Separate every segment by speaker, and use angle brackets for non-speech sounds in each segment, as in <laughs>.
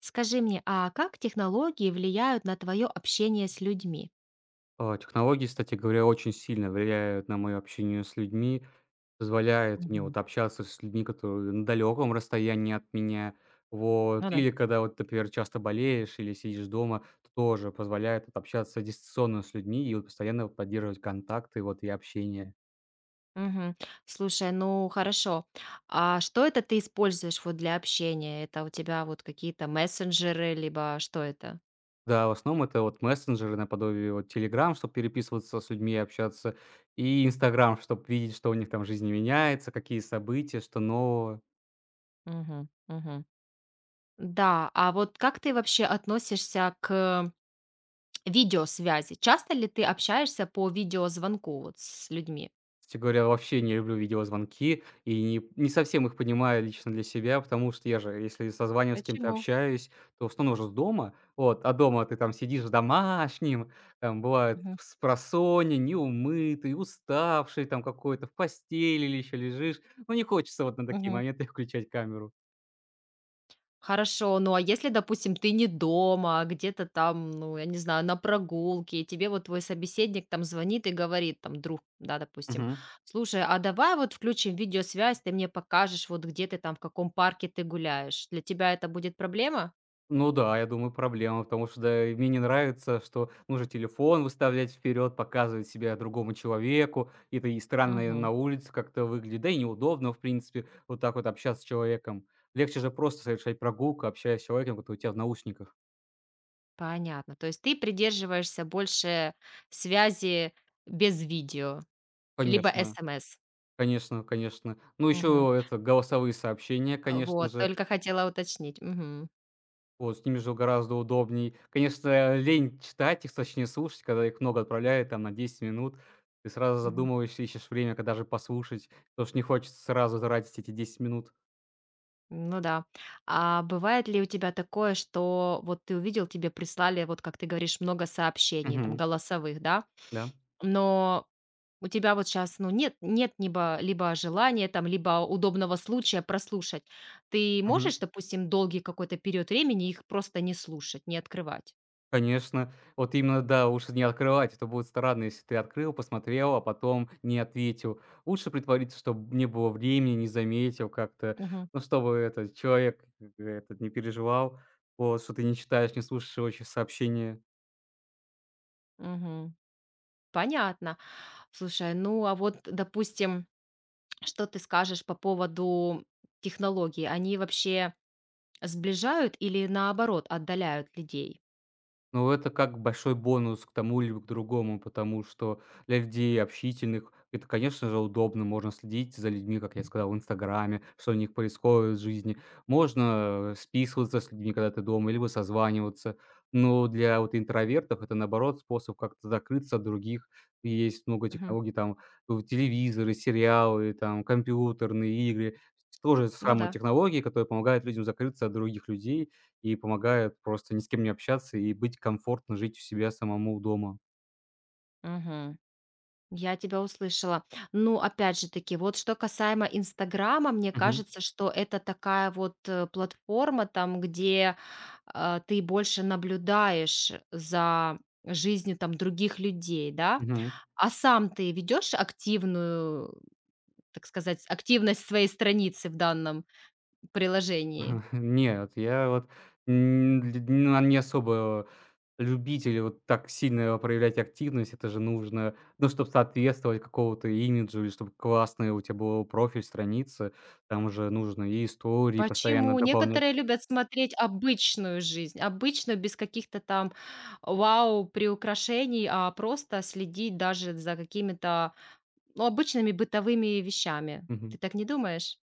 Speaker 1: Скажи мне, а как технологии влияют на твое общение с людьми?
Speaker 2: А, технологии, кстати говоря, очень сильно влияют на моё общение с людьми, позволяют мне
Speaker 1: Мгм.
Speaker 2: вот общаться с людьми, которые на далеком расстоянии от меня. Вот.
Speaker 1: Ну да.
Speaker 2: Или когда вот, например, часто болеешь или сидишь дома, то тоже позволяет вот общаться дистанционно с людьми и вот постоянно поддерживать контакты вот и общение.
Speaker 1: Мгм. Слушай, ну хорошо. А что это ты используешь вот для общения? Это у тебя вот какие-то мессенджеры, либо что это?
Speaker 2: Да, в основном это вот мессенджеры наподобие вот "Телеграм", чтобы переписываться с людьми и общаться, и "Инстаграм", чтобы видеть, что у них там в жизни меняется, какие события, что нового.
Speaker 1: Мгм. Мгм. Да, а вот как ты вообще относишься к видеосвязи? Часто ли ты общаешься по видеозвонку вот с людьми?
Speaker 2: Кстати говоря, вообще не люблю видеозвонки и не совсем их понимаю лично для себя, потому что я же, если созваниваюсь с кем-то,
Speaker 1: Почему?
Speaker 2: общаюсь, то в основном уже с дома. Вот, а дома ты там сидишь в домашнем, там бывает
Speaker 1: Мгм.
Speaker 2: спросоня, неумытый, уставший там какой-то, в постели или еще лежишь. Ну, не хочется вот на такие
Speaker 1: Мгм.
Speaker 2: моменты <laughs> включать камеру.
Speaker 1: Хорошо, ну а если, допустим, ты не дома, а где-то там, ну, я не знаю, на прогулке, и тебе вот твой собеседник там звонит и говорит, там, друг, да, допустим,
Speaker 2: Мгм.
Speaker 1: слушай, а давай вот включим видеосвязь, ты мне покажешь, вот где ты там, в каком парке ты гуляешь. Для тебя это будет проблема?
Speaker 2: Ну да, я думаю, проблема, потому что да, и мне не нравится, что нужно телефон выставлять вперед, показывать себя другому человеку, и это и странно на
Speaker 1: Мгм.
Speaker 2: улице как-то выглядит, да и неудобно, в принципе, вот так вот общаться с человеком. Легче же просто совершать прогулку, общаясь с человеком, который у тебя в наушниках.
Speaker 1: Понятно. То есть ты придерживаешься больше связи без видео, либо
Speaker 2: Конечно,
Speaker 1: СМС.
Speaker 2: конечно, конечно. Ну,
Speaker 1: Мгм.
Speaker 2: еще это голосовые сообщения,
Speaker 1: А,
Speaker 2: конечно
Speaker 1: вот,
Speaker 2: же.
Speaker 1: только хотела уточнить. Мгм.
Speaker 2: Вот, с ними же гораздо удобней. Конечно, лень читать их, точнее слушать, когда их много отправляют там на 10 минут. Ты сразу
Speaker 1: Мгм.
Speaker 2: задумываешься, ищешь время, когда же послушать, потому что не хочется сразу тратить эти 10 минут.
Speaker 1: Ну да. А бывает ли у тебя такое, что вот ты увидел, тебе прислали, вот как ты говоришь, много сообщений, там,
Speaker 2: Мгм.
Speaker 1: голосовых, да,
Speaker 2: Да.
Speaker 1: но у тебя вот сейчас, ну, нет, нет, либо желания, там, либо удобного случая прослушать. Ты
Speaker 2: Мгм.
Speaker 1: можешь, допустим, долгий какой-то период времени их просто не слушать, не открывать?
Speaker 2: Конечно. Вот именно, да, лучше не открывать. Это будет странно, если ты открыл, посмотрел, а потом не ответил. Лучше притвориться, чтобы не было времени, не заметил как-то,
Speaker 1: Мгм.
Speaker 2: ну, чтобы этот человек, этот не переживал, вот, что ты не читаешь, не слушаешь его сообщения.
Speaker 1: Мгм. Понятно. Слушай, ну а вот, допустим, что ты скажешь по поводу технологий? Они вообще сближают или, наоборот, отдаляют людей?
Speaker 2: Ну, это как большой бонус к тому или к другому, потому что для людей общительных это, конечно же, удобно. Можно следить за людьми, как я сказал, в Инстаграме, что у них происходит в жизни. Можно списываться с людьми, когда ты дома, либо созваниваться. Но для вот интровертов это, наоборот, способ как-то закрыться от других. И есть много
Speaker 1: Мгм.
Speaker 2: технологий, там, телевизоры, сериалы, там, компьютерные игры. Тоже
Speaker 1: Ну
Speaker 2: самые
Speaker 1: да.
Speaker 2: технологии, которые помогают людям закрыться от других людей и помогает просто ни с кем не общаться и быть комфортно жить у себя самому дома.
Speaker 1: Мгм. Я тебя услышала. Ну, опять же таки, вот что касаемо "Инстаграма", мне
Speaker 2: Мгм.
Speaker 1: кажется, что это такая вот, платформа, там, где, ты больше наблюдаешь за жизнью, там, других людей, да?
Speaker 2: Мгм.
Speaker 1: А сам ты ведешь активную, так сказать, активность своей страницы в данном приложении?
Speaker 2: <laughs> Нет, я вот н ль не особо любитель вот так сильно проявлять активность. Это же нужно, ну, чтобы соответствовать какому-то имиджу или чтобы классный у тебя был профиль, страница. Там же нужно и истории постоянно
Speaker 1: Почему?
Speaker 2: дополнять.
Speaker 1: Некоторые любят смотреть обычную жизнь, обычную, без каких-то там вау приукрашений, а просто следить даже за какими-то, ну, обычными бытовыми вещами. Ты так не думаешь?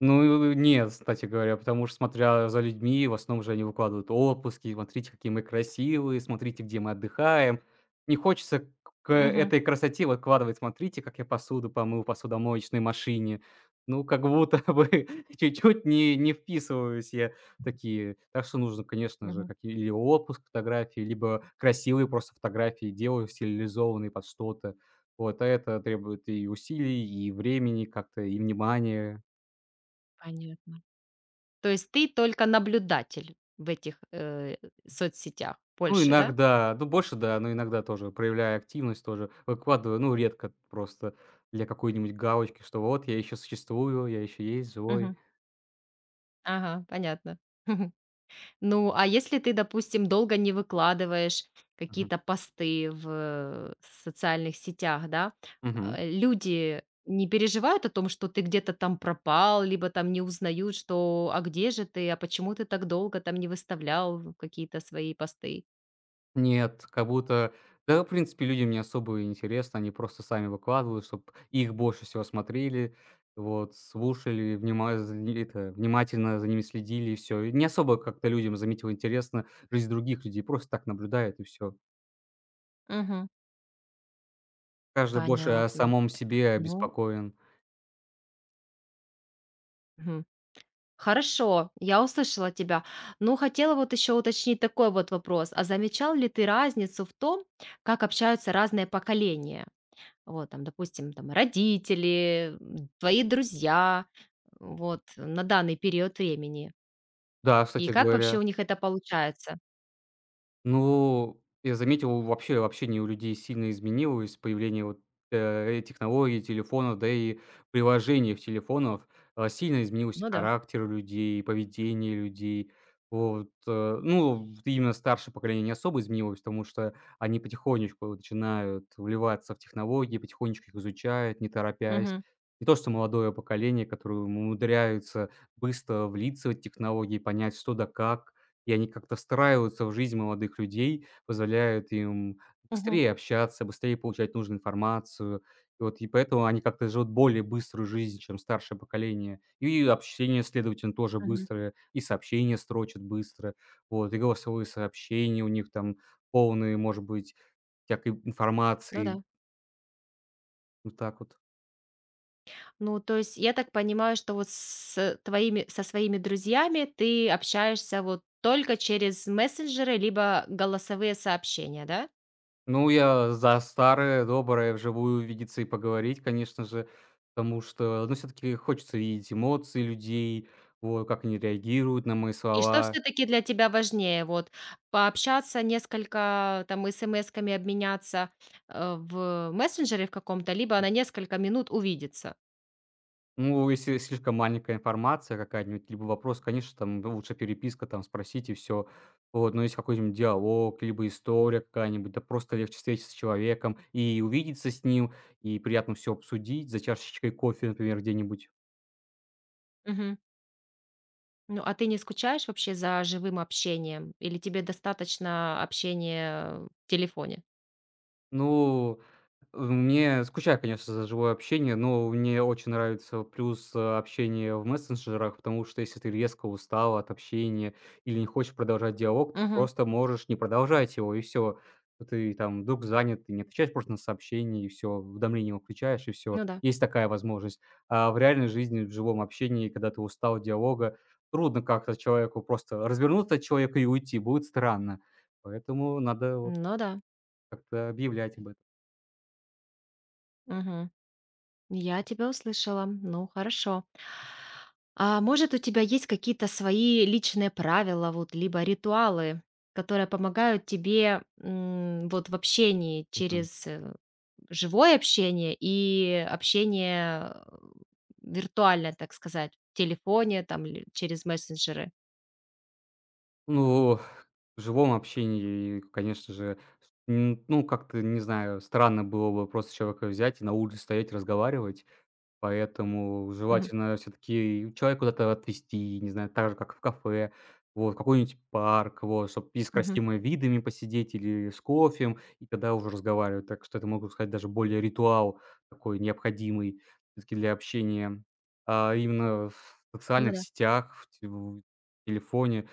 Speaker 2: Ну, нет, кстати говоря, потому что, смотря за людьми, в основном же они выкладывают отпуски, смотрите, какие мы красивые, смотрите, где мы отдыхаем. Не хочется к
Speaker 1: Мгм,
Speaker 2: этой красоте выкладывать, смотрите, как я посуду помыл в посудомоечной машине. Ну, как будто бы <laughs> чуть-чуть не вписываюсь я в такие. Так что нужно, конечно же,
Speaker 1: мгм.
Speaker 2: какие или отпуск фотографии, либо красивые просто фотографии делаю, стилизованные под что-то. Вот, а это требует и усилий, и времени как-то, и внимания.
Speaker 1: Понятно. То есть ты только наблюдатель в этих, соцсетях
Speaker 2: Ну,
Speaker 1: больше, да?
Speaker 2: иногда, ну, больше да, но иногда тоже, проявляя активность, тоже выкладываю, ну, редко просто для какой-нибудь галочки, что вот я еще существую, я еще есть, живой.
Speaker 1: Мгм. Ага, понятно. <laughs> Ну, а если ты, допустим, долго не выкладываешь
Speaker 2: Мгм.
Speaker 1: какие-то посты в социальных сетях, да,
Speaker 2: Мгм.
Speaker 1: люди не переживают о том, что ты где-то там пропал, либо там не узнают, что а где же ты, а почему ты так долго там не выставлял какие-то свои посты?
Speaker 2: Нет, как будто, да, в принципе, людям не особо и интересно, они просто сами выкладывают, чтобы их больше всего смотрели, вот, слушали, внимательно за ними следили, и все. Не особо как-то людям заметил интересно жизнь других людей, просто так наблюдает, и все.
Speaker 1: Мгм.
Speaker 2: Каждый больше о
Speaker 1: Понятно.
Speaker 2: самом себе
Speaker 1: Ну,
Speaker 2: обеспокоен.
Speaker 1: мгм. Хорошо, я услышала тебя. Ну, хотела вот еще уточнить такой вот вопрос. А замечал ли ты разницу в том, как общаются разные поколения? Вот, там, допустим, там, родители, м, твои друзья, вот, на данный период времени.
Speaker 2: Да,
Speaker 1: И
Speaker 2: кстати
Speaker 1: как
Speaker 2: говоря.
Speaker 1: вообще у них это получается?
Speaker 2: Ну, я заметил, вообще общение у людей сильно изменилось, появление вот, технологий, телефонов, да и приложений в телефонов. А, сильно изменился
Speaker 1: Ну да.
Speaker 2: характер людей, поведение людей. Вот, ну, вот именно старшее поколение не особо изменилось, потому что они потихонечку вот начинают вливаться в технологии, потихонечку их изучают, не торопясь.
Speaker 1: Мгм.
Speaker 2: Не то что молодое поколение, которое умудряется быстро влиться в технологии, понять что да как. И они как-то встраиваются в жизнь молодых людей, позволяют им
Speaker 1: Мгм.
Speaker 2: быстрее общаться, быстрее получать нужную информацию. И вот и поэтому они как-то живут более быструю жизнь, чем старшее поколение. И общение, следовательно, тоже
Speaker 1: Мгм.
Speaker 2: быстрое, и сообщения строчат быстро, вот, и голосовые сообщения у них там полные, может быть, всякой
Speaker 1: Ну да.
Speaker 2: информации. Вот так вот.
Speaker 1: Ну, то есть я так понимаю, что вот с твоими, со своими друзьями ты общаешься вот только через мессенджеры, либо голосовые сообщения, да?
Speaker 2: Ну, я за старое доброе вживую увидеться и поговорить, конечно же, потому что, ну, все таки хочется видеть эмоции людей, вот, как они реагируют на мои
Speaker 1: И что
Speaker 2: слова.
Speaker 1: все таки для тебя важнее: вот пообщаться несколько, там, эсэмэсками обменяться, в мессенджере в каком-то, либо на несколько минут увидеться?
Speaker 2: Ну, если слишком маленькая информация какая-нибудь, либо вопрос, конечно, там ну, лучше переписка, там спросить и всё. Вот, но если какой-нибудь диалог, либо история какая-нибудь, да просто легче встретиться с человеком и увидеться с ним, и приятно все обсудить за чашечкой кофе, например, где-нибудь.
Speaker 1: Мгм. Ну, а ты не скучаешь вообще за живым общением или тебе достаточно общения в телефоне?
Speaker 2: Ну, мне скучаю, конечно, за живое общение, но мне очень нравится плюс общение в мессенджерах, потому что если ты резко устал от общения или не хочешь продолжать диалог, ты
Speaker 1: Мгм.
Speaker 2: просто можешь не продолжать его, и все. Ты там вдруг занят, ты не отвечаешь просто на сообщение, и все, уведомление выключаешь, и все.
Speaker 1: Ну да.
Speaker 2: Есть такая возможность. А в реальной жизни, в живом общении, когда ты устал от диалога, трудно как-то человеку просто развернуться от человека и уйти, будет странно. Поэтому надо вот
Speaker 1: Ну да.
Speaker 2: как-то объявлять об
Speaker 1: Мгм. Я тебя услышала. Ну, хорошо. А может, у тебя есть какие-то свои личные правила, вот, либо ритуалы, которые помогают тебе, м, вот, в общении
Speaker 2: этом.
Speaker 1: через, живое общение и общение, виртуальное, так сказать, в телефоне там или через мессенджеры?
Speaker 2: Ну, в живом общении, конечно же, с н ну, как-то, не знаю, странно было бы просто человека взять и на улице стоять, разговаривать. Поэтому
Speaker 1: Мгм,
Speaker 2: желательно все таки человека куда-то отвезти, не знаю, так же, как в кафе, вот, в какой-нибудь парк, вот, чтобы и с
Speaker 1: мгм.
Speaker 2: красивыми видами посидеть или с кофем, и тогда уже разговаривать. Так что это, могу сказать, даже более ритуал такой необходимый всё-таки для общения. А именно в
Speaker 1: Ну
Speaker 2: социальных
Speaker 1: да.
Speaker 2: сетях, в телефоне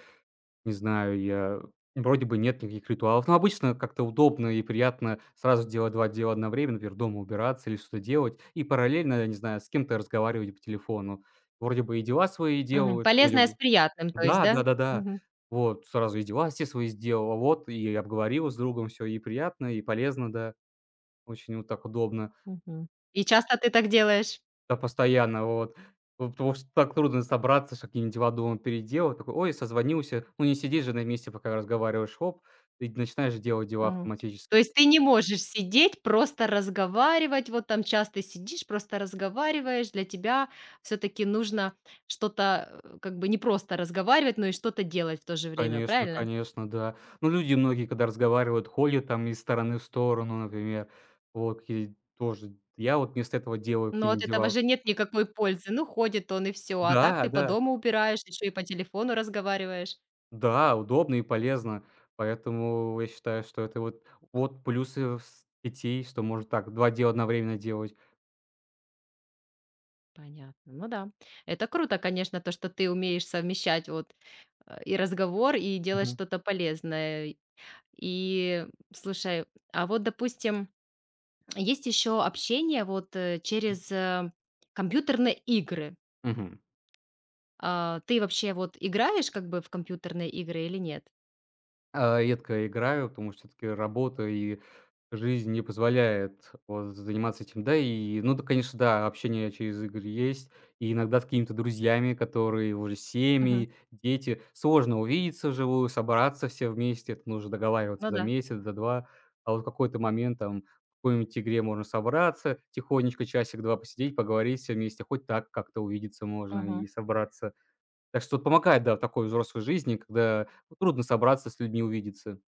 Speaker 2: не знаю, я вроде бы нет никаких ритуалов. Но обычно как-то удобно и приятно сразу делать 2 дела одновременно, например, дома убираться или что-то делать, и параллельно, я не знаю, с кем-то разговаривать по телефону. Вроде бы и дела свои
Speaker 1: Мгм.
Speaker 2: делаешь, вроде
Speaker 1: Полезное с
Speaker 2: бы.
Speaker 1: приятным, то есть,
Speaker 2: Да,
Speaker 1: да?
Speaker 2: да-да-да.
Speaker 1: Мгм,
Speaker 2: Вот, сразу и дела все свои сделал, вот, и обговорил с другом все и приятно, и полезно, да. Очень вот так удобно.
Speaker 1: мгм. И часто ты так делаешь?
Speaker 2: Да, постоянно, вот. Вот потому что так трудно собраться, что какие-нибудь дела дома переделать. Такой: "Ой, созвонился". Ну, не сидишь же на месте, пока разговариваешь, хоп, и начинаешь делать дела
Speaker 1: Мгм.
Speaker 2: автоматически.
Speaker 1: То есть ты не можешь сидеть, просто разговаривать, вот там часто сидишь, просто разговариваешь. Для тебя все таки нужно что-то, как бы не просто разговаривать, но и что-то делать в то же время,
Speaker 2: Конечно,
Speaker 1: правильно?
Speaker 2: конечно, да. Ну, люди многие, когда разговаривают, ходят там из стороны в сторону, например. Вот какие тоже я вот вместо этого делаю
Speaker 1: Но
Speaker 2: какие-нибудь
Speaker 1: от этого
Speaker 2: дела.
Speaker 1: же нет никакой пользы. Ну, ходит он и все, а так
Speaker 2: Да,
Speaker 1: ты по
Speaker 2: да,
Speaker 1: дому убираешь, еще и по телефону разговариваешь.
Speaker 2: да, удобно и полезно. Поэтому я считаю, что это вот плюсы в сетей, что можно так 2 дела одновременно делать.
Speaker 1: Понятно. Ну да. Это круто, конечно, то, что ты умеешь совмещать вот, и разговор, и делать
Speaker 2: Мгм.
Speaker 1: что-то полезное. И слушай, а вот, допустим, есть еще общение вот, через компьютерные игры.
Speaker 2: Мгм.
Speaker 1: А, ты вообще вот играешь как бы в компьютерные игры или нет?
Speaker 2: А, редко играю, потому что все таки работа и жизнь не позволяет вот заниматься этим. Да, и, ну да, конечно, да, общение через игры есть, и иногда с какими-то друзьями, которые уже
Speaker 1: Мгм.
Speaker 2: семьи, дети. Сложно увидеться вживую, собраться все вместе, это нужно договариваться
Speaker 1: Ну
Speaker 2: за
Speaker 1: да.
Speaker 2: месяц, за 2. А вот в какой-то момент там в какой-нибудь игре можно собраться, тихонечко часик-два посидеть, поговорить все вместе, хоть так как-то увидеться можно
Speaker 1: Мгм.
Speaker 2: и собраться. Так что помогает, да, в такой взрослой жизни, когда трудно собраться с людьми увидеться.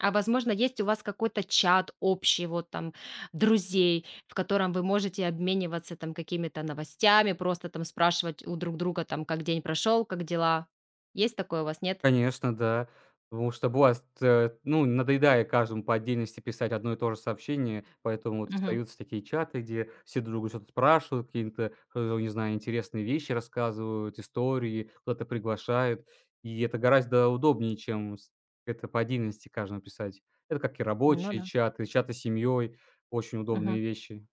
Speaker 1: А возможно, есть у вас какой-то чат общий вот там друзей, в котором вы можете обмениваться там какими-то новостями, просто там спрашивать у друг друга там, как день прошел, как дела. Есть такое у вас, нет?
Speaker 2: Конечно, да. Потому что бывает, ну, надоедая каждому по отдельности писать одно и то же сообщение, поэтому вот
Speaker 1: Мгм.
Speaker 2: остаются такие чаты, где все друг друга что-то спрашивают, какие-то, не знаю, интересные вещи рассказывают, истории, куда-то приглашают. И это гораздо удобнее, чем с это по отдельности каждому писать. Это как и
Speaker 1: Ну
Speaker 2: рабочие
Speaker 1: да.
Speaker 2: чаты, чаты с семьей, очень
Speaker 1: Мгм.
Speaker 2: удобные вещи.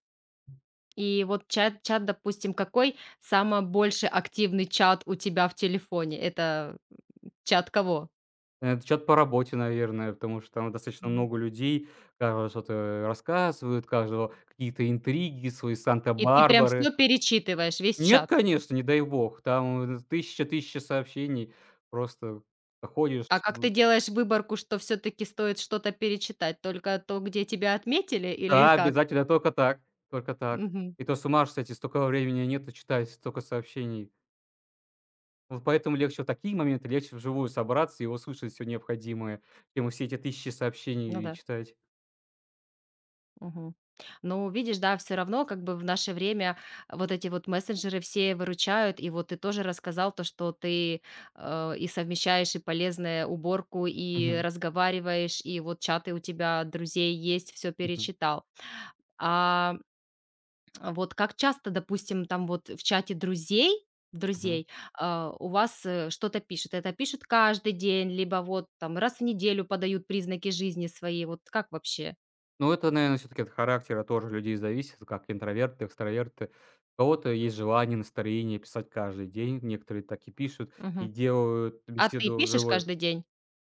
Speaker 1: И вот чат, допустим, какой самый больше активный чат у тебя в телефоне? Это чат кого?
Speaker 2: Это чат по работе, наверное, потому что там достаточно
Speaker 1: Мгм.
Speaker 2: много людей, каждого что-то рассказывают, каждого какие-то интриги, свои
Speaker 1: И ты прям
Speaker 2: Санта-Барбары.
Speaker 1: все перечитываешь, весь
Speaker 2: Нет,
Speaker 1: чат.
Speaker 2: конечно, не дай бог, там тысяча-тысяча сообщений, просто ходишь
Speaker 1: А как
Speaker 2: б
Speaker 1: ты делаешь выборку, что все таки стоит что-то перечитать? Только то, где тебя отметили, или
Speaker 2: да,
Speaker 1: как?
Speaker 2: обязательно, только так, только так.
Speaker 1: Мгм.
Speaker 2: И то с ума ж сойти, столько времени нету читать, столько сообщений. Вот поэтому легче в такие моменты, легче вживую собраться и услышать все необходимое, чем все эти тысячи
Speaker 1: Ну
Speaker 2: сообщений
Speaker 1: да.
Speaker 2: читать.
Speaker 1: Мгм. Ну, видишь, да, все равно как бы в наше время вот эти вот мессенджеры все выручают. И вот ты тоже рассказал то, что ты, и совмещаешь и полезное уборку, и
Speaker 2: Мгм,
Speaker 1: разговариваешь, и вот чаты у тебя друзей есть, все
Speaker 2: мгм,
Speaker 1: перечитал. А, а вот как часто, допустим, там вот в чате друзей
Speaker 2: мгм.
Speaker 1: друзей, у вас, что-то пишет, это пишут каждый день, либо вот там раз в неделю подают признаки жизни свои? Вот как вообще?
Speaker 2: Ну, это, наверное, все таки от характера тоже людей зависит, как интроверты, экстраверты. У кого-то есть желание, настроение писать каждый день, некоторые так и пишут
Speaker 1: Мгм.
Speaker 2: и делают
Speaker 1: А ты
Speaker 2: беседу
Speaker 1: пишешь
Speaker 2: живой.
Speaker 1: каждый день?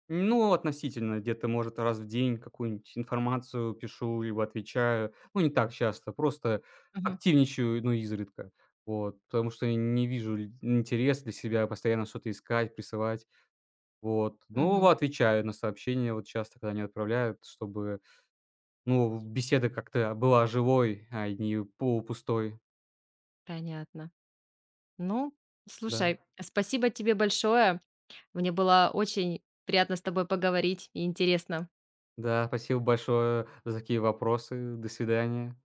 Speaker 2: Ну, относительно, где-то, может, раз в день какую-нибудь информацию пишу, либо отвечаю. Ну, не так часто, просто
Speaker 1: Мгм,
Speaker 2: активничаю, ну, изредка. Вот, потому что я не вижу ль интерес для себя постоянно что-то искать, присылать. Вот, ну
Speaker 1: мгм.
Speaker 2: отвечаю на сообщения вот часто, когда они отправляют, чтобы ну, беседа как-то была живой, а не полупустой.
Speaker 1: Понятно. Ну,
Speaker 2: Да.
Speaker 1: слушай, спасибо тебе большое. Мне было очень приятно с тобой поговорить и интересно.
Speaker 2: Да, спасибо большое за такие вопросы. До свидания.